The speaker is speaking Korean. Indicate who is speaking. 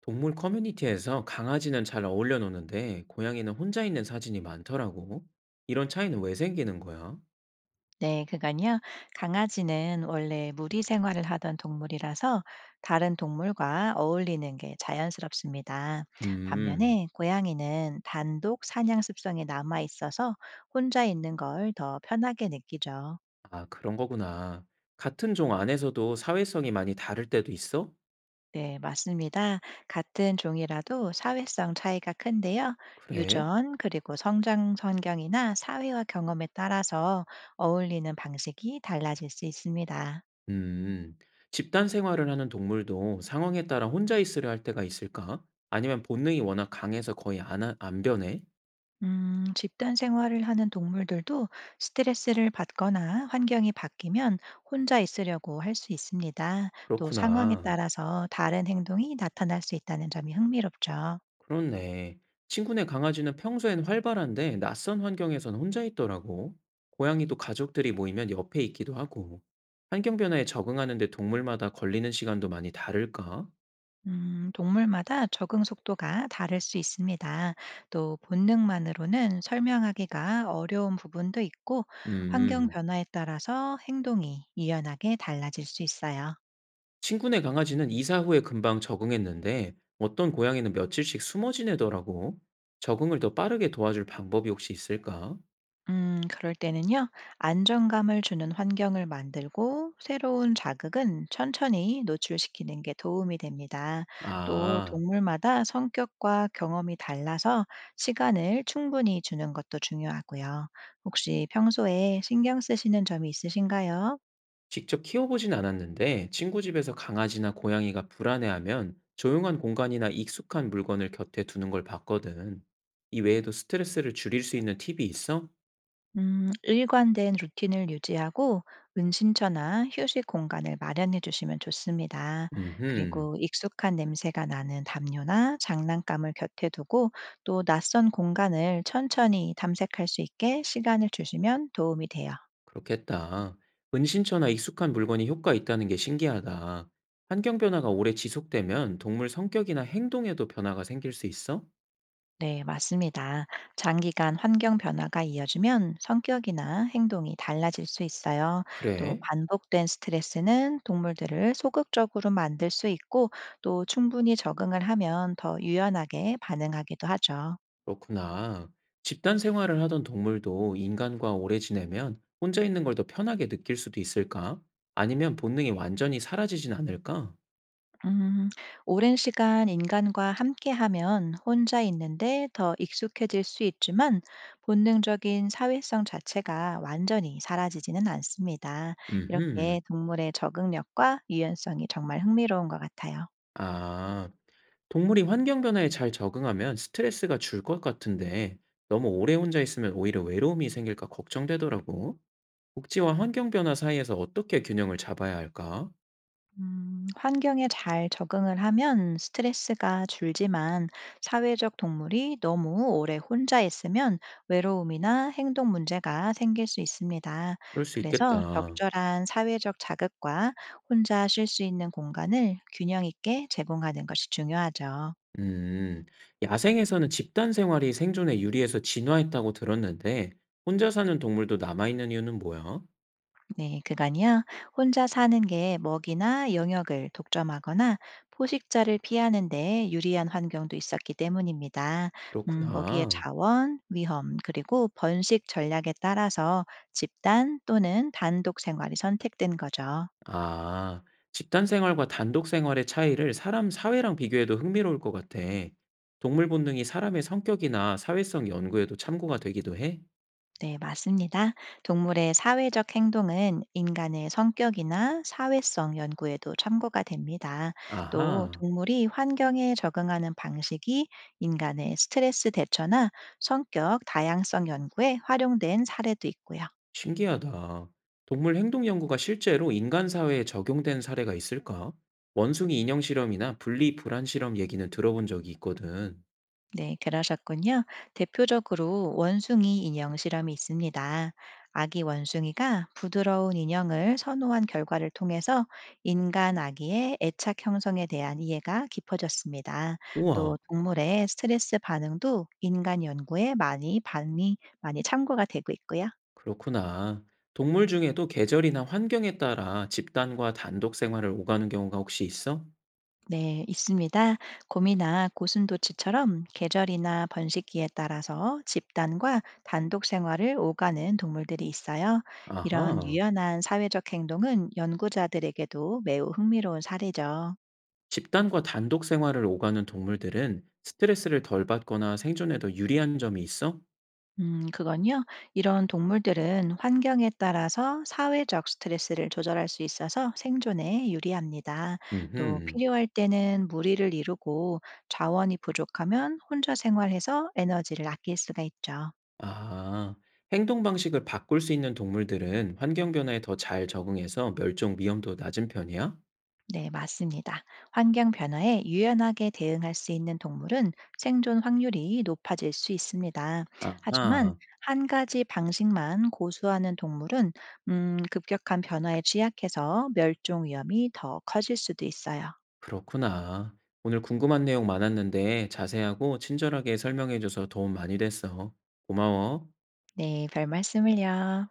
Speaker 1: 동물 커뮤니티에서 강아지는 잘 어울려 노는데 고양이는 혼자 있는 사진이 많더라고. 이런 차이는 왜 생기는 거야?
Speaker 2: 네, 그건요. 강아지는 원래 무리 생활을 하던 동물이라서 다른 동물과 어울리는 게 자연스럽습니다.
Speaker 1: 음,
Speaker 2: 반면에 고양이는 단독 사냥 습성이 남아 있어서 혼자 있는 걸 더 편하게 느끼죠.
Speaker 1: 아, 그런 거구나. 같은 종 안에서도 사회성이 많이 다를 때도 있어?
Speaker 2: 네, 맞습니다. 같은 종이라도 사회성 차이가 큰데요.
Speaker 1: 그래?
Speaker 2: 유전, 그리고 성장 환경이나 사회와 경험에 따라서 어울리는 방식이 달라질 수 있습니다.
Speaker 1: 음, 집단 생활을 하는 동물도 상황에 따라 혼자 있으려 할 때가 있을까? 아니면 본능이 워낙 강해서 거의 안 변해?
Speaker 2: 집단 생활을 하는 동물들도 스트레스를 받거나 환경이 바뀌면 혼자 있으려고 할 수 있습니다. 또 상황에
Speaker 1: 그렇구나.
Speaker 2: 따라서 다른 행동이 나타날 수 있다는 점이 흥미롭죠.
Speaker 1: 그렇네. 친구네 강아지는 평소엔 활발한데 낯선 환경에선 혼자 있더라고. 고양이도 가족들이 모이면 옆에 있기도 하고. 환경 변화에 적응하는데 동물마다 걸리는 시간도 많이 다를까?
Speaker 2: 동물마다 적응 속도가 다를 수 있습니다. 또 본능만으로는 설명하기가 어려운 부분도 있고, 환경
Speaker 1: 음,
Speaker 2: 변화에 따라서 행동이 유연하게 달라질 수 있어요.
Speaker 1: 친구네 강아지는 이사 후에 금방 적응했는데 어떤 고양이는 며칠씩 숨어 지내더라고. 적응을 더 빠르게 도와줄 방법이 혹시 있을까?
Speaker 2: 그럴 때는요, 안정감을 주는 환경을 만들고 새로운 자극은 천천히 노출시키는 게 도움이 됩니다. 또
Speaker 1: 아.
Speaker 2: 동물마다 성격과 경험이 달라서 시간을 충분히 주는 것도 중요하고요. 혹시 평소에 신경 쓰시는 점이 있으신가요?
Speaker 1: 직접 키워보진 않았는데 친구 집에서 강아지나 고양이가 불안해하면 조용한 공간이나 익숙한 물건을 곁에 두는 걸 봤거든. 이 외에도 스트레스를 줄일 수 있는 팁이 있어?
Speaker 2: 일관된 루틴을 유지하고 은신처나 휴식 공간을 마련해 주시면 좋습니다.
Speaker 1: 음흠,
Speaker 2: 그리고 익숙한 냄새가 나는 담요나 장난감을 곁에 두고 또 낯선 공간을 천천히 탐색할 수 있게 시간을 주시면 도움이 돼요.
Speaker 1: 그렇겠다. 은신처나 익숙한 물건이 효과 있다는 게 신기하다. 환경 변화가 오래 지속되면 동물 성격이나 행동에도 변화가 생길 수 있어?
Speaker 2: 네, 맞습니다. 장기간 환경 변화가 이어지면 성격이나 행동이 달라질 수 있어요. 또
Speaker 1: 그래?
Speaker 2: 반복된 스트레스는 동물들을 소극적으로 만들 수 있고, 또 충분히 적응을 하면 더 유연하게 반응하기도 하죠.
Speaker 1: 그렇구나. 집단 생활을 하던 동물도 인간과 오래 지내면 혼자 있는 걸 더 편하게 느낄 수도 있을까? 아니면 본능이 완전히 사라지진 않을까?
Speaker 2: 음, 오랜 시간 인간과 함께하면 혼자 있는데 더 익숙해질 수 있지만 본능적인 사회성 자체가 완전히 사라지지는 않습니다.
Speaker 1: 음흠.
Speaker 2: 이렇게 동물의 적응력과 유연성이 정말 흥미로운 것 같아요.
Speaker 1: 아, 동물이 환경 변화에 잘 적응하면 스트레스가 줄 것 같은데 너무 오래 혼자 있으면 오히려 외로움이 생길까 걱정되더라고. 복지와 환경 변화 사이에서 어떻게 균형을 잡아야 할까?
Speaker 2: 환경에 잘 적응을 하면 스트레스가 줄지만 사회적 동물이 너무 오래 혼자 있으면 외로움이나 행동 문제가 생길 수 있습니다.
Speaker 1: 그럴 수
Speaker 2: 그래서
Speaker 1: 있겠다.
Speaker 2: 적절한 사회적 자극과 혼자 쉴 수 있는 공간을 균형 있게 제공하는 것이 중요하죠.
Speaker 1: 음, 야생에서는 집단 생활이 생존에 유리해서 진화했다고 들었는데, 혼자 사는 동물도 남아있는 이유는 뭐야?
Speaker 2: 네, 그간요. 혼자 사는 게 먹이나 영역을 독점하거나 포식자를 피하는 데 유리한 환경도 있었기 때문입니다. 먹이의
Speaker 1: 그렇구나.
Speaker 2: 자원, 위험, 그리고 번식 전략에 따라서 집단 또는 단독 생활이 선택된 거죠.
Speaker 1: 아, 집단 생활과 단독 생활의 차이를 사람 사회랑 비교해도 흥미로울 것 같아. 동물 본능이 사람의 성격이나 사회성 연구에도 참고가 되기도 해?
Speaker 2: 네, 맞습니다. 동물의 사회적 행동은 인간의 성격이나 사회성 연구에도 참고가 됩니다. 또
Speaker 1: 아하,
Speaker 2: 동물이 환경에 적응하는 방식이 인간의 스트레스 대처나 성격 다양성 연구에 활용된 사례도 있고요.
Speaker 1: 신기하다. 동물 행동 연구가 실제로 인간 사회에 적용된 사례가 있을까? 원숭이 인형 실험이나 분리 불안 실험 얘기는 들어본 적이 있거든.
Speaker 2: 네, 그러셨군요. 대표적으로 원숭이 인형 실험이 있습니다. 아기 원숭이가 부드러운 인형을 선호한 결과를 통해서 인간 아기의 애착 형성에 대한 이해가 깊어졌습니다. 또
Speaker 1: 우와,
Speaker 2: 동물의 스트레스 반응도 인간 연구에 많이 참고가 되고 있고요.
Speaker 1: 그렇구나. 동물 중에도 계절이나 환경에 따라 집단과 단독 생활을 오가는 경우가 혹시 있어?
Speaker 2: 네, 있습니다. 곰이나 고슴도치처럼 계절이나 번식기에 따라서 집단과 단독 생활을 오가는 동물들이 있어요. 이런
Speaker 1: 아하.
Speaker 2: 유연한 사회적 행동은 연구자들에게도 매우 흥미로운 사례죠.
Speaker 1: 집단과 단독 생활을 오가는 동물들은 스트레스를 덜 받거나 생존에도 유리한 점이 있어?
Speaker 2: 그건요. 이런 동물들은 환경에 따라서 사회적 스트레스를 조절할 수 있어서 생존에 유리합니다. 또
Speaker 1: 음흠.
Speaker 2: 필요할 때는 무리를 이루고 자원이 부족하면 혼자 생활해서 에너지를 아낄 수가 있죠.
Speaker 1: 아, 행동 방식을 바꿀 수 있는 동물들은 환경 변화에 더 잘 적응해서 멸종 위험도 낮은 편이야?
Speaker 2: 네, 맞습니다. 환경 변화에 유연하게 대응할 수 있는 동물은 생존 확률이 높아질 수 있습니다. 하지만
Speaker 1: 아하.
Speaker 2: 한 가지 방식만 고수하는 동물은 급격한 변화에 취약해서 멸종 위험이 더 커질 수도 있어요.
Speaker 1: 그렇구나. 오늘 궁금한 내용 많았는데 자세하고 친절하게 설명해줘서 도움 많이 됐어. 고마워.
Speaker 2: 네, 별 말씀을요.